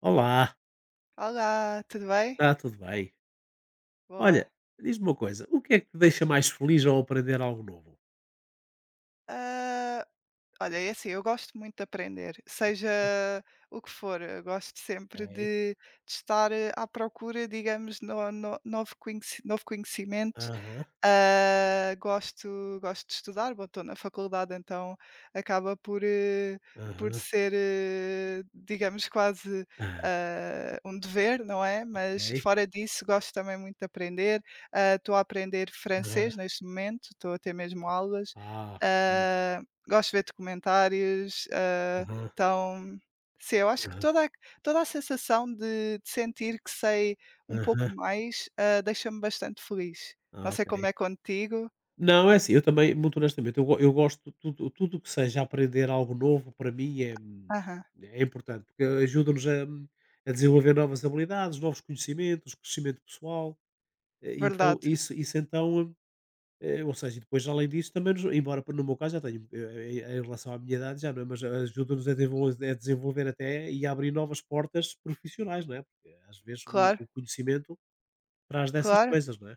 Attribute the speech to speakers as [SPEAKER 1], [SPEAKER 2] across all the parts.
[SPEAKER 1] Olá,
[SPEAKER 2] Olá, tudo bem?
[SPEAKER 1] está tudo bem?
[SPEAKER 2] Boa.
[SPEAKER 1] Olha, diz-me uma coisa, o que é que te deixa mais feliz ao aprender algo novo?
[SPEAKER 2] Ah, olha, é assim, eu gosto muito de aprender, seja o que for, eu gosto sempre
[SPEAKER 1] Ok.
[SPEAKER 2] de estar à procura, digamos, novo, novo conhecimento.
[SPEAKER 1] Aham,
[SPEAKER 2] Gosto de estudar, bom, estou na faculdade, então acaba por, por
[SPEAKER 1] aham.
[SPEAKER 2] ser, digamos, quase,
[SPEAKER 1] Ah,
[SPEAKER 2] um dever, não é? Mas
[SPEAKER 1] ok.
[SPEAKER 2] fora disso, gosto também muito de aprender. Estou a aprender
[SPEAKER 1] Aham.
[SPEAKER 2] francês neste momento, estou a ter mesmo aulas.
[SPEAKER 1] Ah, ok.
[SPEAKER 2] Ah, Gosto de ver documentários,
[SPEAKER 1] Aham,
[SPEAKER 2] então, sim, eu acho que
[SPEAKER 1] aham.
[SPEAKER 2] toda a sensação de sentir que sei um pouco
[SPEAKER 1] Aham.
[SPEAKER 2] mais, deixa-me bastante feliz. Não
[SPEAKER 1] Ah,
[SPEAKER 2] sei
[SPEAKER 1] ok.
[SPEAKER 2] como é contigo.
[SPEAKER 1] Não, é assim, eu também, muito honestamente, eu gosto tudo, tudo que seja aprender algo novo para mim é,
[SPEAKER 2] Aham,
[SPEAKER 1] é importante, porque ajuda-nos a desenvolver novas habilidades, novos conhecimentos, crescimento pessoal. Então,
[SPEAKER 2] verdade.
[SPEAKER 1] isso então. Ou seja, e depois além disso também nos embora no meu caso já tenho, em relação à minha idade já não é, mas ajuda-nos a desenvolver até e a abrir novas portas profissionais, não é, porque às vezes o
[SPEAKER 2] Claro,
[SPEAKER 1] o conhecimento traz dessas
[SPEAKER 2] claro,
[SPEAKER 1] coisas, não é?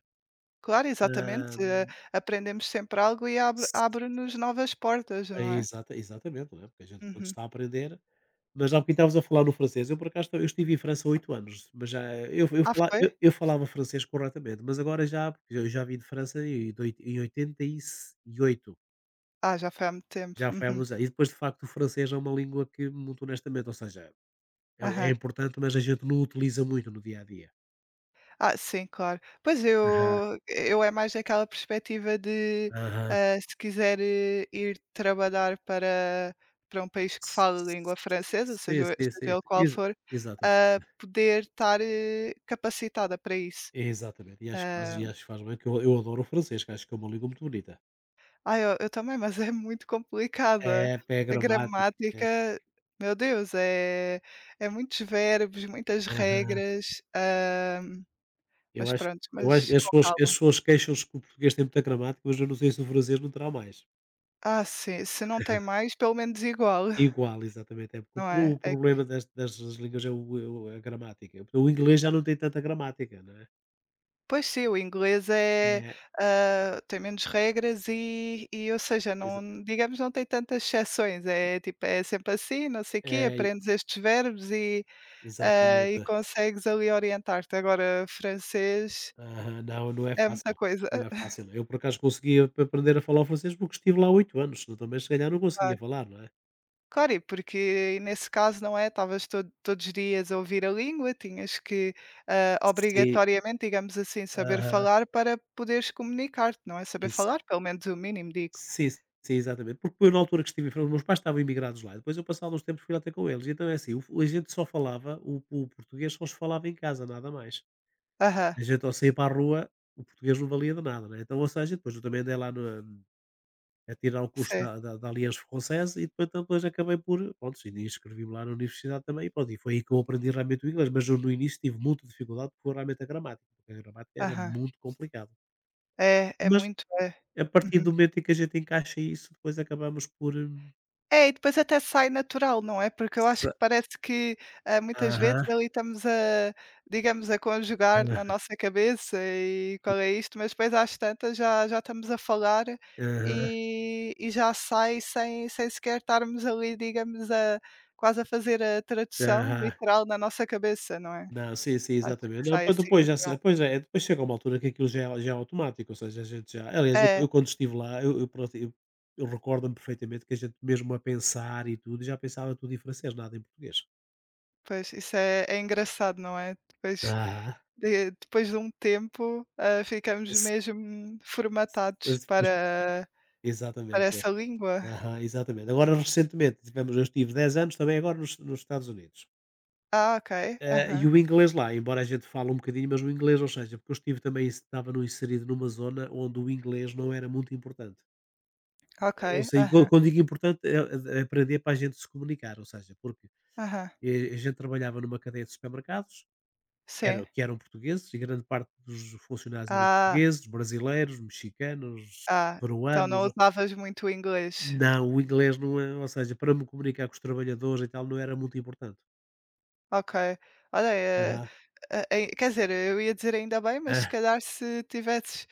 [SPEAKER 2] claro, exatamente.
[SPEAKER 1] Hã,
[SPEAKER 2] Aprendemos sempre algo e
[SPEAKER 1] s
[SPEAKER 2] abre-nos novas portas,
[SPEAKER 1] É
[SPEAKER 2] não é?
[SPEAKER 1] exatamente, não é, porque a gente quando
[SPEAKER 2] Uhum.
[SPEAKER 1] está a aprender, mas há bocadinho estavas a falar no francês, eu por acaso eu estive em França 8 anos, mas já eu eu
[SPEAKER 2] Ah,
[SPEAKER 1] fala
[SPEAKER 2] foi?
[SPEAKER 1] eu eu falava francês corretamente, mas agora já, porque eu já vim de França em doi em 88.
[SPEAKER 2] Ah, já foi há muito tempo.
[SPEAKER 1] Já foi há...
[SPEAKER 2] Uhum.
[SPEAKER 1] E depois, de facto, o francês é uma língua que, muito honestamente, ou seja, é
[SPEAKER 2] Aham.
[SPEAKER 1] importante, mas a gente não o utiliza muito no dia a dia.
[SPEAKER 2] Ah, sim, claro. Pois
[SPEAKER 1] Aham,
[SPEAKER 2] eu é mais daquela perspectiva de,
[SPEAKER 1] aham.
[SPEAKER 2] se quiser, ir trabalhar para um país que fala
[SPEAKER 1] S
[SPEAKER 2] língua francesa,
[SPEAKER 1] Sim, sim, sim.
[SPEAKER 2] seja ele qual for,
[SPEAKER 1] Exatamente,
[SPEAKER 2] poder estar, capacitada para isso.
[SPEAKER 1] exatamente. E acho que
[SPEAKER 2] Ah
[SPEAKER 1] faz bem, que eu adoro o francês, que acho que é uma língua muito bonita.
[SPEAKER 2] Ah, eu também, mas é muito complicada.
[SPEAKER 1] É, pé
[SPEAKER 2] A
[SPEAKER 1] gramática. É,
[SPEAKER 2] gramática, meu Deus, é muitos verbos, muitas
[SPEAKER 1] aham.
[SPEAKER 2] regras,
[SPEAKER 1] Eu
[SPEAKER 2] mas
[SPEAKER 1] acho
[SPEAKER 2] pronto,
[SPEAKER 1] eu acho
[SPEAKER 2] mas
[SPEAKER 1] que as
[SPEAKER 2] com
[SPEAKER 1] pessoas as
[SPEAKER 2] calma.
[SPEAKER 1] pessoas queixam-se que o português tem muita gramática, mas eu não sei se o francês não terá mais.
[SPEAKER 2] Ah, sim, se não tem mais, pelo menos igual.
[SPEAKER 1] Igual, exatamente. É porque
[SPEAKER 2] Não é?
[SPEAKER 1] o problema das dessas línguas é o é o a gramática. O inglês já não tem tanta gramática, não é?
[SPEAKER 2] Pois sim, o inglês é,
[SPEAKER 1] É,
[SPEAKER 2] tem menos regras e e ou seja,
[SPEAKER 1] exa
[SPEAKER 2] não digamos, não tem tantas exceções, é tipo, é sempre assim, não sei o quê,
[SPEAKER 1] é,
[SPEAKER 2] aprendes estes verbos e, e
[SPEAKER 1] exatamente.
[SPEAKER 2] consegues ali orientar-te. Agora francês
[SPEAKER 1] Aham, não, não é
[SPEAKER 2] é muita
[SPEAKER 1] fácil,
[SPEAKER 2] coisa, é,
[SPEAKER 1] não é
[SPEAKER 2] é
[SPEAKER 1] fácil. Eu, por acaso, consegui ap aprender a falar o francês porque estive lá 8 anos, senão também se calhar não conseguia
[SPEAKER 2] claro.
[SPEAKER 1] falar, não é?
[SPEAKER 2] Claro, e porque nesse caso, não é, estavas todos os dias a ouvir a língua, tinhas que,
[SPEAKER 1] Sim,
[SPEAKER 2] obrigatoriamente, digamos assim, saber
[SPEAKER 1] aham,
[SPEAKER 2] falar para poderes comunicar-te, não é? Saber
[SPEAKER 1] isso.
[SPEAKER 2] falar, pelo menos o mínimo, digo.
[SPEAKER 1] Sim, sim, exatamente. Porque eu na altura que estive em França, meus pais estavam imigrados lá, depois eu passado uns tempos fui lá ter com eles, então é assim, o a gente só falava o português, só se falava em casa, nada mais.
[SPEAKER 2] Aham,
[SPEAKER 1] A gente ao sair para a rua, o português não valia de nada, né, então ou seja, depois eu também andei lá na a tirar o curso
[SPEAKER 2] sim,
[SPEAKER 1] da Aliança Francesa e depois acabei por, pronto, sim, inscrevi-me lá na universidade também e pronto, e foi aí que eu aprendi realmente o inglês, mas eu no início tive muita dificuldade porque foi realmente a gramática, porque a gramática era
[SPEAKER 2] aham.
[SPEAKER 1] muito complicado.
[SPEAKER 2] É, é
[SPEAKER 1] Mas
[SPEAKER 2] muito, é.
[SPEAKER 1] a partir
[SPEAKER 2] Uhum.
[SPEAKER 1] do momento em que a gente encaixa isso, depois acabamos por.
[SPEAKER 2] É, e depois até sai natural, não é? Porque eu acho
[SPEAKER 1] Se
[SPEAKER 2] que parece que, muitas vezes
[SPEAKER 1] Aham.
[SPEAKER 2] ali estamos a, digamos, a conjugar na nossa cabeça e qual é isto, mas depois às tantas já estamos a falar
[SPEAKER 1] Aham.
[SPEAKER 2] e, já sai sem sequer estarmos ali, digamos, a, quase a fazer a
[SPEAKER 1] Aham.
[SPEAKER 2] tradução
[SPEAKER 1] Aham.
[SPEAKER 2] literal na nossa cabeça, não é?
[SPEAKER 1] Não, sim, sim,
[SPEAKER 2] Acho
[SPEAKER 1] exatamente.
[SPEAKER 2] que
[SPEAKER 1] Não,
[SPEAKER 2] sai
[SPEAKER 1] pois
[SPEAKER 2] assim
[SPEAKER 1] depois já se
[SPEAKER 2] natural.
[SPEAKER 1] depois é depois chega uma altura que aquilo já é automático, ou seja, a gente já aliás, eu
[SPEAKER 2] É,
[SPEAKER 1] quando estive lá, eu pronto, eu recordo-me perfeitamente que a gente, mesmo a pensar e tudo, já pensava tudo em francês, nada em português.
[SPEAKER 2] pois isso é, é engraçado, não é?
[SPEAKER 1] ah
[SPEAKER 2] Depois de um tempo, ficamos
[SPEAKER 1] Esse
[SPEAKER 2] mesmo formatados
[SPEAKER 1] esse pois,
[SPEAKER 2] para
[SPEAKER 1] exatamente.
[SPEAKER 2] essa língua.
[SPEAKER 1] Aham, exatamente. Agora recentemente tivemos eu estive 10 anos também agora nos Estados Unidos.
[SPEAKER 2] Ah, ok.
[SPEAKER 1] E
[SPEAKER 2] Aham.
[SPEAKER 1] o inglês lá, embora a gente fale um bocadinho, mas o inglês, ou seja, porque eu estive também estava no inserido numa zona onde o inglês não era muito importante.
[SPEAKER 2] Ok.
[SPEAKER 1] Ou seja,
[SPEAKER 2] Aham.
[SPEAKER 1] quando digo importante é aprender para a gente se comunicar, ou seja, porque,
[SPEAKER 2] Aham.
[SPEAKER 1] a gente trabalhava numa cadeia de supermercados,
[SPEAKER 2] Sim.
[SPEAKER 1] que eram portugueses, e grande parte dos funcionários eram
[SPEAKER 2] Ah,
[SPEAKER 1] portugueses, brasileiros, mexicanos,
[SPEAKER 2] ah, então
[SPEAKER 1] peruanos.
[SPEAKER 2] não usavas muito o inglês.
[SPEAKER 1] Não, o inglês não, é ou seja, para me comunicar com os trabalhadores e tal, não era muito importante.
[SPEAKER 2] Ok. Olha, eh,
[SPEAKER 1] Aham.
[SPEAKER 2] a ei quer dizer, eu ia dizer ainda bem, mas se
[SPEAKER 1] Ah,
[SPEAKER 2] calhar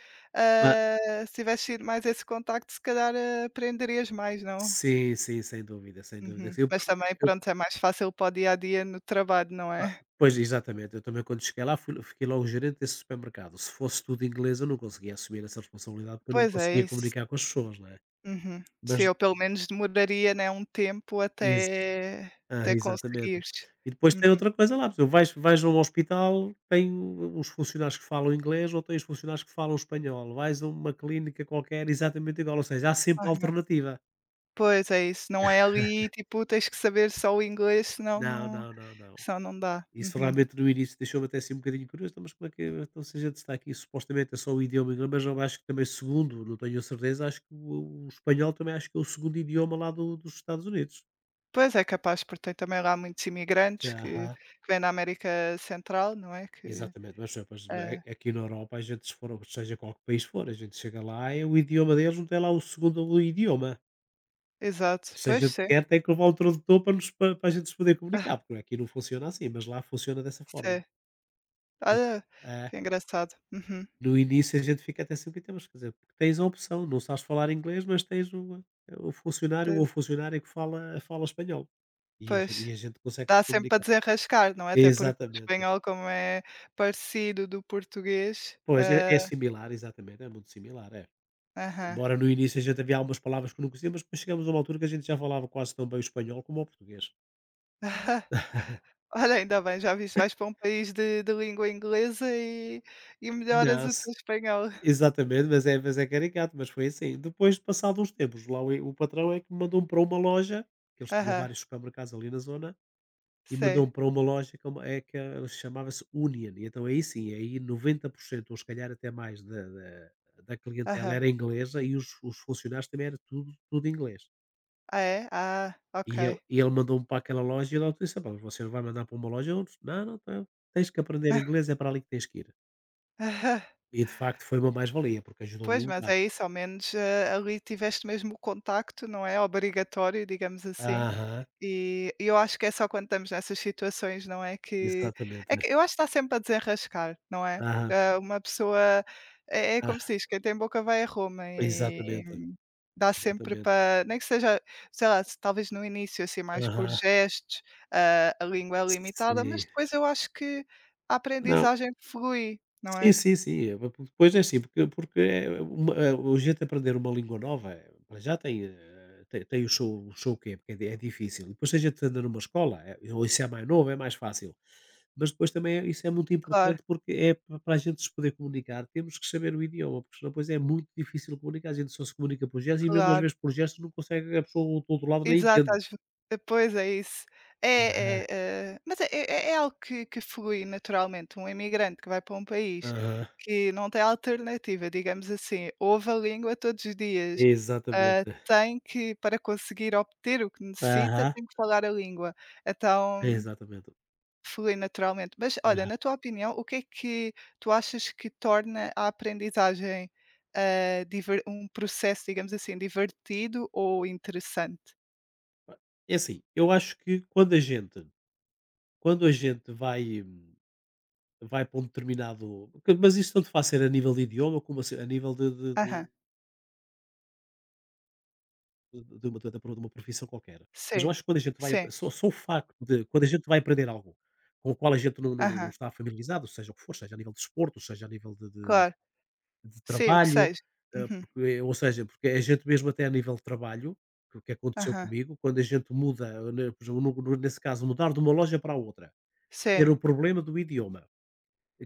[SPEAKER 1] ah,
[SPEAKER 2] se tivesses tido mais esse contacto, se calhar, aprenderias mais, não?
[SPEAKER 1] sim, sim, sem dúvida, sem dúvida.
[SPEAKER 2] Uhum. Mas também,
[SPEAKER 1] Eu
[SPEAKER 2] pronto, é mais fácil para o dia a dia no trabalho, não
[SPEAKER 1] Ah,
[SPEAKER 2] é?
[SPEAKER 1] pois, exatamente. Eu também, quando cheguei lá, fui fiquei logo gerente desse supermercado. Se fosse tudo inglês eu não conseguia assumir essa responsabilidade, porque eu não
[SPEAKER 2] Pois é
[SPEAKER 1] conseguia
[SPEAKER 2] isso.
[SPEAKER 1] comunicar com as pessoas, não é?
[SPEAKER 2] Uhum.
[SPEAKER 1] Mas
[SPEAKER 2] Sim, eu pelo menos demoraria, né, um tempo
[SPEAKER 1] ex
[SPEAKER 2] até
[SPEAKER 1] exatamente.
[SPEAKER 2] conseguires.
[SPEAKER 1] E depois tem
[SPEAKER 2] Uhum.
[SPEAKER 1] outra coisa lá, por exemplo, vais a um hospital, tem uns funcionários que falam inglês ou tem os funcionários que falam espanhol. Vais a uma clínica qualquer, exatamente igual, ou seja, há sempre
[SPEAKER 2] Aham.
[SPEAKER 1] alternativa.
[SPEAKER 2] Pois, é isso, não é ali, tipo, tens que saber só o inglês,
[SPEAKER 1] Não, não, não, não.
[SPEAKER 2] senão não dá.
[SPEAKER 1] Isso
[SPEAKER 2] Uhum.
[SPEAKER 1] realmente no início deixou-me até assim um bocadinho curioso. "Então, mas como é que, então, se a gente está aqui supostamente é só o idioma inglês, mas eu acho que também, segundo, não tenho a certeza, acho que o espanhol também acho que é o segundo idioma lá dos Estados Unidos."
[SPEAKER 2] Pois, é capaz, porque tem também lá muitos imigrantes
[SPEAKER 1] Aham.
[SPEAKER 2] que vêm da América Central, não é, que
[SPEAKER 1] Exatamente, mas pois,
[SPEAKER 2] é,
[SPEAKER 1] aqui na Europa a gente, se for, seja qual que país for, a gente chega lá e o idioma deles, não tem lá o segundo idioma.
[SPEAKER 2] exato.
[SPEAKER 1] Se a
[SPEAKER 2] Pois,
[SPEAKER 1] gente
[SPEAKER 2] sim.
[SPEAKER 1] quer, tem que levar um tradutor para a gente se poder comunicar, porque aqui não funciona assim, mas lá funciona dessa forma.
[SPEAKER 2] Sim. Olha,
[SPEAKER 1] É.
[SPEAKER 2] que engraçado. Uhum.
[SPEAKER 1] No início a gente fica até sempre, temos, quer dizer, porque tens a opção, não sabes falar inglês, mas tens o funcionário ou
[SPEAKER 2] Tens
[SPEAKER 1] funcionária que fala espanhol. E a gente e
[SPEAKER 2] pois.
[SPEAKER 1] a gente consegue se
[SPEAKER 2] Dá sempre para
[SPEAKER 1] comunicar.
[SPEAKER 2] desenrascar, não é? Até porque o
[SPEAKER 1] Exatamente.
[SPEAKER 2] espanhol, como é parecido do português,
[SPEAKER 1] Pois, é
[SPEAKER 2] hã,
[SPEAKER 1] é similar, exatamente, é muito similar, é.
[SPEAKER 2] aham.
[SPEAKER 1] Embora no início a gente havia algumas palavras que não conhecia, mas depois chegamos a uma altura que a gente já falava quase tão bem o espanhol como o português.
[SPEAKER 2] Olha, ainda bem, já viste, vais para um país de língua inglesa e melhoras
[SPEAKER 1] Não,
[SPEAKER 2] o teu
[SPEAKER 1] se
[SPEAKER 2] espanhol.
[SPEAKER 1] exatamente, mas é caricato, mas foi assim. Depois de passado uns tempos, lá o patrão é que me mandou para uma loja, que eles tinham
[SPEAKER 2] Aham,
[SPEAKER 1] vários supermercados ali na zona. E
[SPEAKER 2] sim,
[SPEAKER 1] mandou-me para uma loja que é uma é que ela chamava-se Union, e então aí sim, aí 90% ou se calhar até mais da clientela
[SPEAKER 2] aham.
[SPEAKER 1] era inglesa e os funcionários também era tudo tudo inglês.
[SPEAKER 2] Ah, é? Ah,
[SPEAKER 1] E ele
[SPEAKER 2] ok.
[SPEAKER 1] mandou-me para aquela loja e ela disse: "Epá, você não vai mandar para uma loja onde..." "Não, não, não, tá, tens que aprender inglês, é para ali que tens que ir".
[SPEAKER 2] Aham.
[SPEAKER 1] E de facto foi uma mais-valia, porque ajudou-me um
[SPEAKER 2] Pois, mas
[SPEAKER 1] bocado.
[SPEAKER 2] é isso, ao menos, hã, ali tiveste mesmo o contacto, não é? Obrigatório, digamos assim.
[SPEAKER 1] Aham,
[SPEAKER 2] E eu acho que é só quando estamos nessas situações, não é, que
[SPEAKER 1] exatamente,
[SPEAKER 2] é
[SPEAKER 1] né.
[SPEAKER 2] que eu acho que está sempre a desenrascar, não é?
[SPEAKER 1] Aham,
[SPEAKER 2] Uma pessoa é é como
[SPEAKER 1] aham,
[SPEAKER 2] se diz: "Quem tem boca vai a Roma", e
[SPEAKER 1] exatamente,
[SPEAKER 2] dá sempre
[SPEAKER 1] exatamente.
[SPEAKER 2] para nem que seja, sei lá, se talvez no início, assim, mais por
[SPEAKER 1] Aham,
[SPEAKER 2] gestos, a língua é limitada,
[SPEAKER 1] sim.
[SPEAKER 2] mas depois eu acho que a
[SPEAKER 1] Não,
[SPEAKER 2] aprendizagem flui, não
[SPEAKER 1] sim,
[SPEAKER 2] é?
[SPEAKER 1] sim, sim. Porque depois é assim, porque é uma, o jeito de aprender uma língua nova, para já tem, tem o show quê, porque é di é difícil. Depois se a gente anda numa escola, ou isso é mais novo, é mais fácil. Mas depois também é isso, é muito
[SPEAKER 2] Claro,
[SPEAKER 1] importante, porque é pa para a gente se poder comunicar, temos que saber o idioma, porque senão depois é muito difícil comunicar, a gente só se comunica por gestos e mesmo às
[SPEAKER 2] claro.
[SPEAKER 1] vezes por gestos não consegue, a pessoa do outro lado nem
[SPEAKER 2] Exato,
[SPEAKER 1] entende.
[SPEAKER 2] pois é isso.
[SPEAKER 1] Aham,
[SPEAKER 2] É é, mas é algo que flui naturalmente, um imigrante que vai para um país
[SPEAKER 1] aham.
[SPEAKER 2] que não tem alternativa, digamos assim, ouve a língua todos os dias,
[SPEAKER 1] Exatamente.
[SPEAKER 2] tem que para conseguir obter o que necessita,
[SPEAKER 1] Aham,
[SPEAKER 2] tem que falar a língua, então
[SPEAKER 1] exatamente.
[SPEAKER 2] flui naturalmente. Mas olha, na tua opinião, o que é que tu achas que torna a aprendizagem, hã, diver um processo, digamos assim, divertido ou interessante?
[SPEAKER 1] É assim, eu acho que quando a gente vai para um determinado mas isso tanto faz ser a nível de idioma como a se- a nível de
[SPEAKER 2] Aham.
[SPEAKER 1] de de de de uma profissão qualquer. Mas eu
[SPEAKER 2] Sim,
[SPEAKER 1] acho que quando a gente vai
[SPEAKER 2] sim,
[SPEAKER 1] a só só o facto de quando a gente vai aprender algo com o qual a gente não
[SPEAKER 2] aham,
[SPEAKER 1] está familiarizado, seja o que for, seja a nível de desporto, seja a nível
[SPEAKER 2] claro.
[SPEAKER 1] de
[SPEAKER 2] Sim, o que
[SPEAKER 1] trabalho,
[SPEAKER 2] seja. Uhum,
[SPEAKER 1] porque, ou seja, porque a gente mesmo até a nível de trabalho, que o que aconteceu
[SPEAKER 2] aham,
[SPEAKER 1] comigo, quando a gente muda, né, por exemplo, no no nesse caso, mudar de uma loja para a outra.
[SPEAKER 2] sim,
[SPEAKER 1] Era o problema do idioma.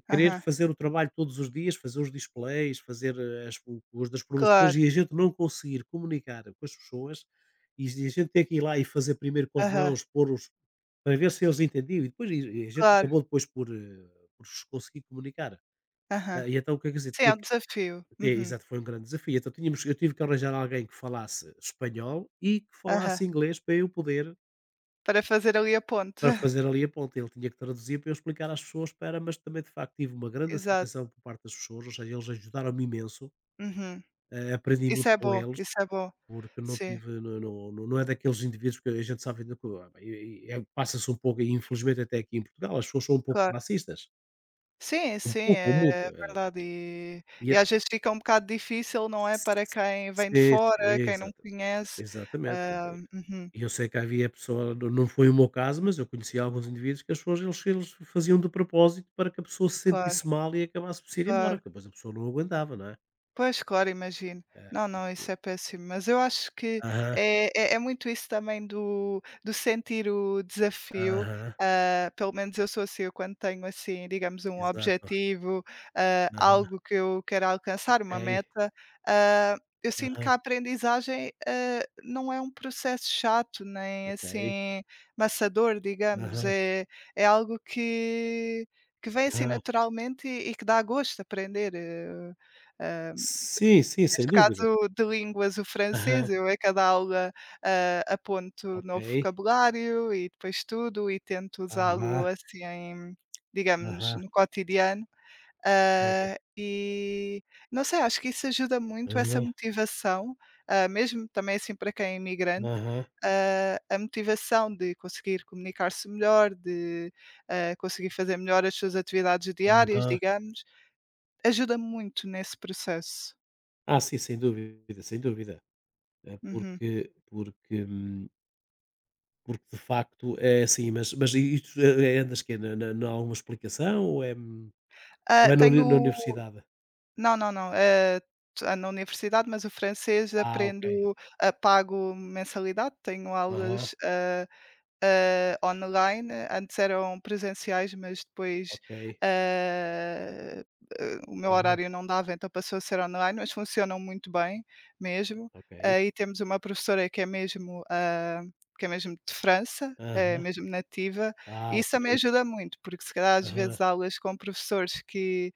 [SPEAKER 1] Querer
[SPEAKER 2] aham,
[SPEAKER 1] fazer o trabalho todos os dias, fazer os displays, fazer, eh, as o os das promoções,
[SPEAKER 2] claro,
[SPEAKER 1] e a gente não conseguir comunicar com as pessoas, e a gente ter que ir lá e fazer primeiro com as
[SPEAKER 2] aham,
[SPEAKER 1] mãos, pôr os... para ver se eles entendiam, e depois e a gente
[SPEAKER 2] claro,
[SPEAKER 1] acabou depois por se conseguir comunicar.
[SPEAKER 2] aham.
[SPEAKER 1] Ah, e então o que é que quer dizer,
[SPEAKER 2] Sim, é
[SPEAKER 1] tinha
[SPEAKER 2] um
[SPEAKER 1] que
[SPEAKER 2] desafio.
[SPEAKER 1] ter,
[SPEAKER 2] Uhum,
[SPEAKER 1] exato, foi um grande desafio. Então tínhamos eu tive que arranjar alguém que falasse espanhol e que
[SPEAKER 2] aham,
[SPEAKER 1] falasse inglês para eu poder...
[SPEAKER 2] para fazer ali a ponte.
[SPEAKER 1] Para fazer ali a ponte, ele tinha que traduzir para eu explicar às pessoas, para, mas também, de facto, tive uma grande
[SPEAKER 2] Exato,
[SPEAKER 1] aceitação por parte das pessoas, ou seja, eles ajudaram-me imenso,
[SPEAKER 2] uhum.
[SPEAKER 1] aprendi
[SPEAKER 2] Isso
[SPEAKER 1] muito
[SPEAKER 2] é
[SPEAKER 1] com
[SPEAKER 2] bom,
[SPEAKER 1] eles,
[SPEAKER 2] isso é bom.
[SPEAKER 1] porque não
[SPEAKER 2] Sim,
[SPEAKER 1] tive, não é daqueles indivíduos que a gente sabe ainda que, ah, bem, é- passa-se um pouco, e infelizmente até aqui em Portugal, as pessoas são um pouco
[SPEAKER 2] claro.
[SPEAKER 1] racistas,
[SPEAKER 2] Sim,
[SPEAKER 1] um
[SPEAKER 2] sim,
[SPEAKER 1] pouco,
[SPEAKER 2] é
[SPEAKER 1] muito,
[SPEAKER 2] verdade
[SPEAKER 1] e é...
[SPEAKER 2] e às vezes fica um bocado difícil, não é, para quem vem de
[SPEAKER 1] Sim, sim,
[SPEAKER 2] fora, quem não
[SPEAKER 1] exata
[SPEAKER 2] conhece,
[SPEAKER 1] exatamente. Né.
[SPEAKER 2] hã, uhum,
[SPEAKER 1] E eu sei que havia pessoa, não foi o meu caso, mas eu conheci alguns indivíduos que as pessoas, eles faziam de propósito para que a pessoa se
[SPEAKER 2] claro,
[SPEAKER 1] sentisse mal e acabasse por se ir embora,
[SPEAKER 2] claro.
[SPEAKER 1] porque depois a pessoa não aguentava, não é?
[SPEAKER 2] Pois, claro, imagino.
[SPEAKER 1] É.
[SPEAKER 2] Não, não, isso é péssimo. Mas eu acho que
[SPEAKER 1] Aham,
[SPEAKER 2] é, é, é muito isso também do sentir o desafio.
[SPEAKER 1] aham,
[SPEAKER 2] Pelo menos eu sou assim, eu quando tenho assim, digamos, um
[SPEAKER 1] exato.
[SPEAKER 2] objetivo,
[SPEAKER 1] Aham,
[SPEAKER 2] algo que eu quero alcançar, uma
[SPEAKER 1] ok.
[SPEAKER 2] meta, ah, eu sinto que
[SPEAKER 1] Aham,
[SPEAKER 2] a aprendizagem não é um processo chato, nem
[SPEAKER 1] ok.
[SPEAKER 2] assim maçador, digamos.
[SPEAKER 1] Aham,
[SPEAKER 2] É, é algo que vem assim
[SPEAKER 1] aham.
[SPEAKER 2] naturalmente e que dá gosto aprender. Ah,
[SPEAKER 1] Sim, sim, sem
[SPEAKER 2] Neste
[SPEAKER 1] dúvida.
[SPEAKER 2] caso de línguas, o
[SPEAKER 1] Aham,
[SPEAKER 2] francês, eu a cada aula, aponto novo
[SPEAKER 1] ok.
[SPEAKER 2] vocabulário e depois estudo e tento
[SPEAKER 1] Aham,
[SPEAKER 2] usá-lo assim, em, digamos,
[SPEAKER 1] aham,
[SPEAKER 2] no cotidiano.
[SPEAKER 1] certo.
[SPEAKER 2] Ah, e não sei, acho que isso ajuda muito essa
[SPEAKER 1] Aham,
[SPEAKER 2] motivação, mesmo também assim para quem é imigrante,
[SPEAKER 1] aham,
[SPEAKER 2] a motivação de conseguir comunicar-se melhor, de, conseguir fazer melhor as suas atividades diárias,
[SPEAKER 1] aham.
[SPEAKER 2] digamos, ajuda muito nesse processo.
[SPEAKER 1] Ah, sim, sem dúvida, sem dúvida.
[SPEAKER 2] Uhum.
[SPEAKER 1] Porque, hum. Porque de facto é assim, mas e tu, andas quê? Na alguma explicação ou é na
[SPEAKER 2] Tenho
[SPEAKER 1] universidade?
[SPEAKER 2] não, na universidade, mas o francês
[SPEAKER 1] Ah, ok.
[SPEAKER 2] aprendo, pago mensalidade, tenho
[SPEAKER 1] Aham,
[SPEAKER 2] aulas, online, antes eram presenciais, mas depois,
[SPEAKER 1] ok.
[SPEAKER 2] ah, o meu
[SPEAKER 1] Aham,
[SPEAKER 2] horário não dava, então passou a ser online, mas funcionam muito bem mesmo.
[SPEAKER 1] ok.
[SPEAKER 2] E temos uma professora que é mesmo, ah, que é mesmo de França, é
[SPEAKER 1] Aham.
[SPEAKER 2] mesmo nativa,
[SPEAKER 1] Ah,
[SPEAKER 2] e isso também
[SPEAKER 1] ok.
[SPEAKER 2] ajuda muito, porque se calhar às
[SPEAKER 1] Aham,
[SPEAKER 2] vezes há aulas com professores que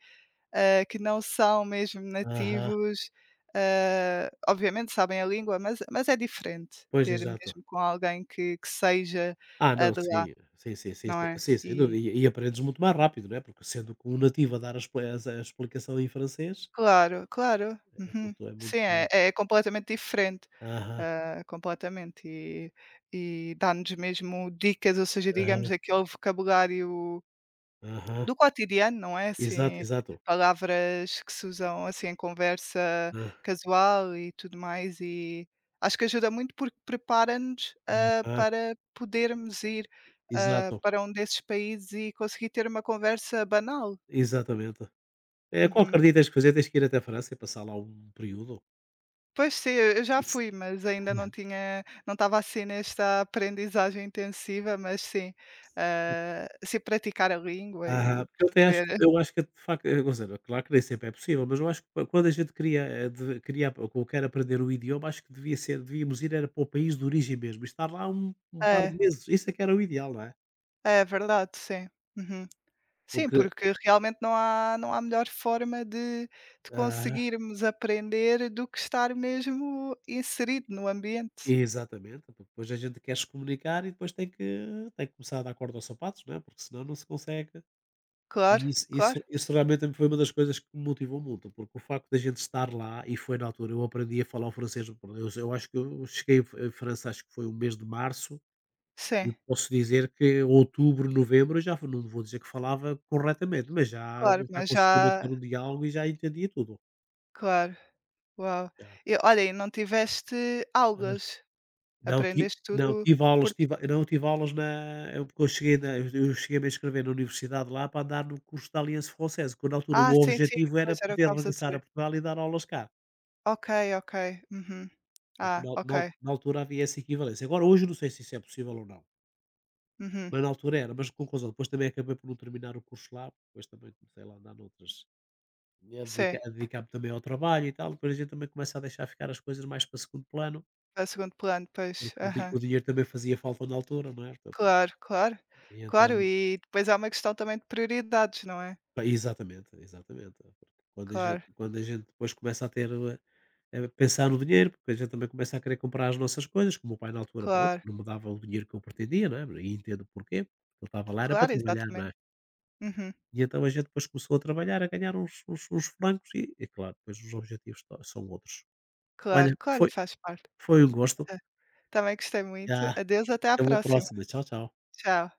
[SPEAKER 2] que não são mesmo
[SPEAKER 1] aham.
[SPEAKER 2] nativos, obviamente sabem a língua, mas é diferente
[SPEAKER 1] Pois,
[SPEAKER 2] ter
[SPEAKER 1] exato.
[SPEAKER 2] mesmo com alguém que seja,
[SPEAKER 1] Ah, não,
[SPEAKER 2] de lá,
[SPEAKER 1] sim. Sim, sim, sim,
[SPEAKER 2] não
[SPEAKER 1] sim.
[SPEAKER 2] é?
[SPEAKER 1] Sim, sem
[SPEAKER 2] E
[SPEAKER 1] dúvida. E aprendes muito mais rápido, não é? Porque sendo que um nativo a dar a expli as a explicação em francês,
[SPEAKER 2] claro, claro, uhum.
[SPEAKER 1] é
[SPEAKER 2] Sim, é
[SPEAKER 1] muito
[SPEAKER 2] completamente diferente,
[SPEAKER 1] aham,
[SPEAKER 2] completamente, e dá-nos mesmo dicas, ou seja,
[SPEAKER 1] aham,
[SPEAKER 2] digamos, aquele vocabulário
[SPEAKER 1] aham.
[SPEAKER 2] do cotidiano, não é,
[SPEAKER 1] Exato,
[SPEAKER 2] assim,
[SPEAKER 1] exato.
[SPEAKER 2] palavras que se usam, assim, em conversa
[SPEAKER 1] Ah,
[SPEAKER 2] casual e tudo mais, e acho que ajuda muito porque prepara-nos, hã,
[SPEAKER 1] ah.
[SPEAKER 2] para podermos ir,
[SPEAKER 1] Exato.
[SPEAKER 2] para um desses países e conseguir ter uma conversa banal.
[SPEAKER 1] Exatamente. É,
[SPEAKER 2] Uhum.
[SPEAKER 1] qualquer dia tens que fazer, tens que ir até a França e passar lá um período.
[SPEAKER 2] Pois sim, eu já
[SPEAKER 1] Isso.
[SPEAKER 2] fui, mas ainda não estava, assim, nesta aprendizagem intensiva, mas sim, assim, praticar a língua
[SPEAKER 1] Aham,
[SPEAKER 2] e
[SPEAKER 1] porque eu até acho que
[SPEAKER 2] perceber
[SPEAKER 1] eu acho que de facto, quer dizer, claro que nem sempre é possível, mas eu acho que quando a gente queria, eh, de queria ou quer aprender o idioma, acho que devia ser devíamos ir era para o país de origem mesmo e estar lá um par de
[SPEAKER 2] é,
[SPEAKER 1] meses, isso é que era o ideal, não é?
[SPEAKER 2] é verdade, sim. Uhum. Sim,
[SPEAKER 1] Porque
[SPEAKER 2] porque realmente não há melhor forma de
[SPEAKER 1] aham,
[SPEAKER 2] conseguirmos aprender do que estar mesmo inserido no ambiente.
[SPEAKER 1] exatamente, porque depois a gente quer se comunicar e depois tem que começar a dar corda aos sapatos, não é, porque senão não se consegue.
[SPEAKER 2] Claro,
[SPEAKER 1] E isso isso
[SPEAKER 2] claro,
[SPEAKER 1] isso realmente também foi uma das coisas que me motivou muito, porque o facto da gente estar lá, e foi na altura eu aprendi a falar o francês. Eu acho que eu cheguei a França, acho que foi o mês de março, e
[SPEAKER 2] sim,
[SPEAKER 1] posso dizer que outubro, novembro, eu já não vou dizer que falava corretamente, mas já
[SPEAKER 2] claro,
[SPEAKER 1] já
[SPEAKER 2] mas
[SPEAKER 1] conseguia
[SPEAKER 2] já
[SPEAKER 1] manter um diálogo e já entendia tudo,
[SPEAKER 2] claro, uau.
[SPEAKER 1] já.
[SPEAKER 2] E olha, e não tiveste
[SPEAKER 1] Hã,
[SPEAKER 2] aulas,
[SPEAKER 1] não ti
[SPEAKER 2] aprendeste
[SPEAKER 1] não,
[SPEAKER 2] tudo
[SPEAKER 1] tive aulas
[SPEAKER 2] por ti?
[SPEAKER 1] tive não, tive aulas na eu porque eu cheguei na eu cheguei-me a me inscrever na universidade lá para andar no curso da Alliance Française, que na altura o
[SPEAKER 2] Ah,
[SPEAKER 1] meu
[SPEAKER 2] sim, sim,
[SPEAKER 1] objetivo era
[SPEAKER 2] pois era o que
[SPEAKER 1] poder
[SPEAKER 2] estavas a
[SPEAKER 1] regressar a
[SPEAKER 2] dizer.
[SPEAKER 1] Portugal e dar aulas cá.
[SPEAKER 2] Ok, ok, uhum.
[SPEAKER 1] Porque
[SPEAKER 2] Ah,
[SPEAKER 1] na
[SPEAKER 2] ok,
[SPEAKER 1] na al na altura havia essa equivalência. Agora hoje não sei se isso é possível ou não,
[SPEAKER 2] uhum,
[SPEAKER 1] mas na altura era. Mas conclusão, depois também acabei por não terminar o curso lá, depois também comecei lá a andar noutras. E
[SPEAKER 2] sim,
[SPEAKER 1] a dedicar-me também ao trabalho e tal, depois a gente também começa a deixar ficar as coisas mais para segundo plano,
[SPEAKER 2] a segundo plano, pois,
[SPEAKER 1] porque
[SPEAKER 2] aham.
[SPEAKER 1] o dinheiro também fazia falta na altura, não é? Portanto,
[SPEAKER 2] Claro, claro.
[SPEAKER 1] e então
[SPEAKER 2] Claro, e depois há uma questão também de prioridades, não é?
[SPEAKER 1] pá, exatamente, exatamente. Porque
[SPEAKER 2] Claro,
[SPEAKER 1] quando a gente depois começa a ter, eh, pensar no dinheiro, porque a gente também começa a querer comprar as nossas coisas, como o meu pai na altura, pronto,
[SPEAKER 2] claro,
[SPEAKER 1] não me dava o dinheiro que eu pretendia, não é? E entendo porquê, ele estava lá, era para
[SPEAKER 2] claro,
[SPEAKER 1] trabalhar, não é?
[SPEAKER 2] exatamente. Uhum.
[SPEAKER 1] E então a gente depois começou a trabalhar, a ganhar uns francos e, claro, depois os objetivos são outros. Olha,
[SPEAKER 2] Claro, claro,
[SPEAKER 1] foi,
[SPEAKER 2] e faz parte.
[SPEAKER 1] foi um gosto.
[SPEAKER 2] É. Também gostei muito.
[SPEAKER 1] Já.
[SPEAKER 2] Adeus, até à
[SPEAKER 1] Até uma
[SPEAKER 2] próxima.
[SPEAKER 1] próxima. Tchau, tchau.
[SPEAKER 2] Tchau.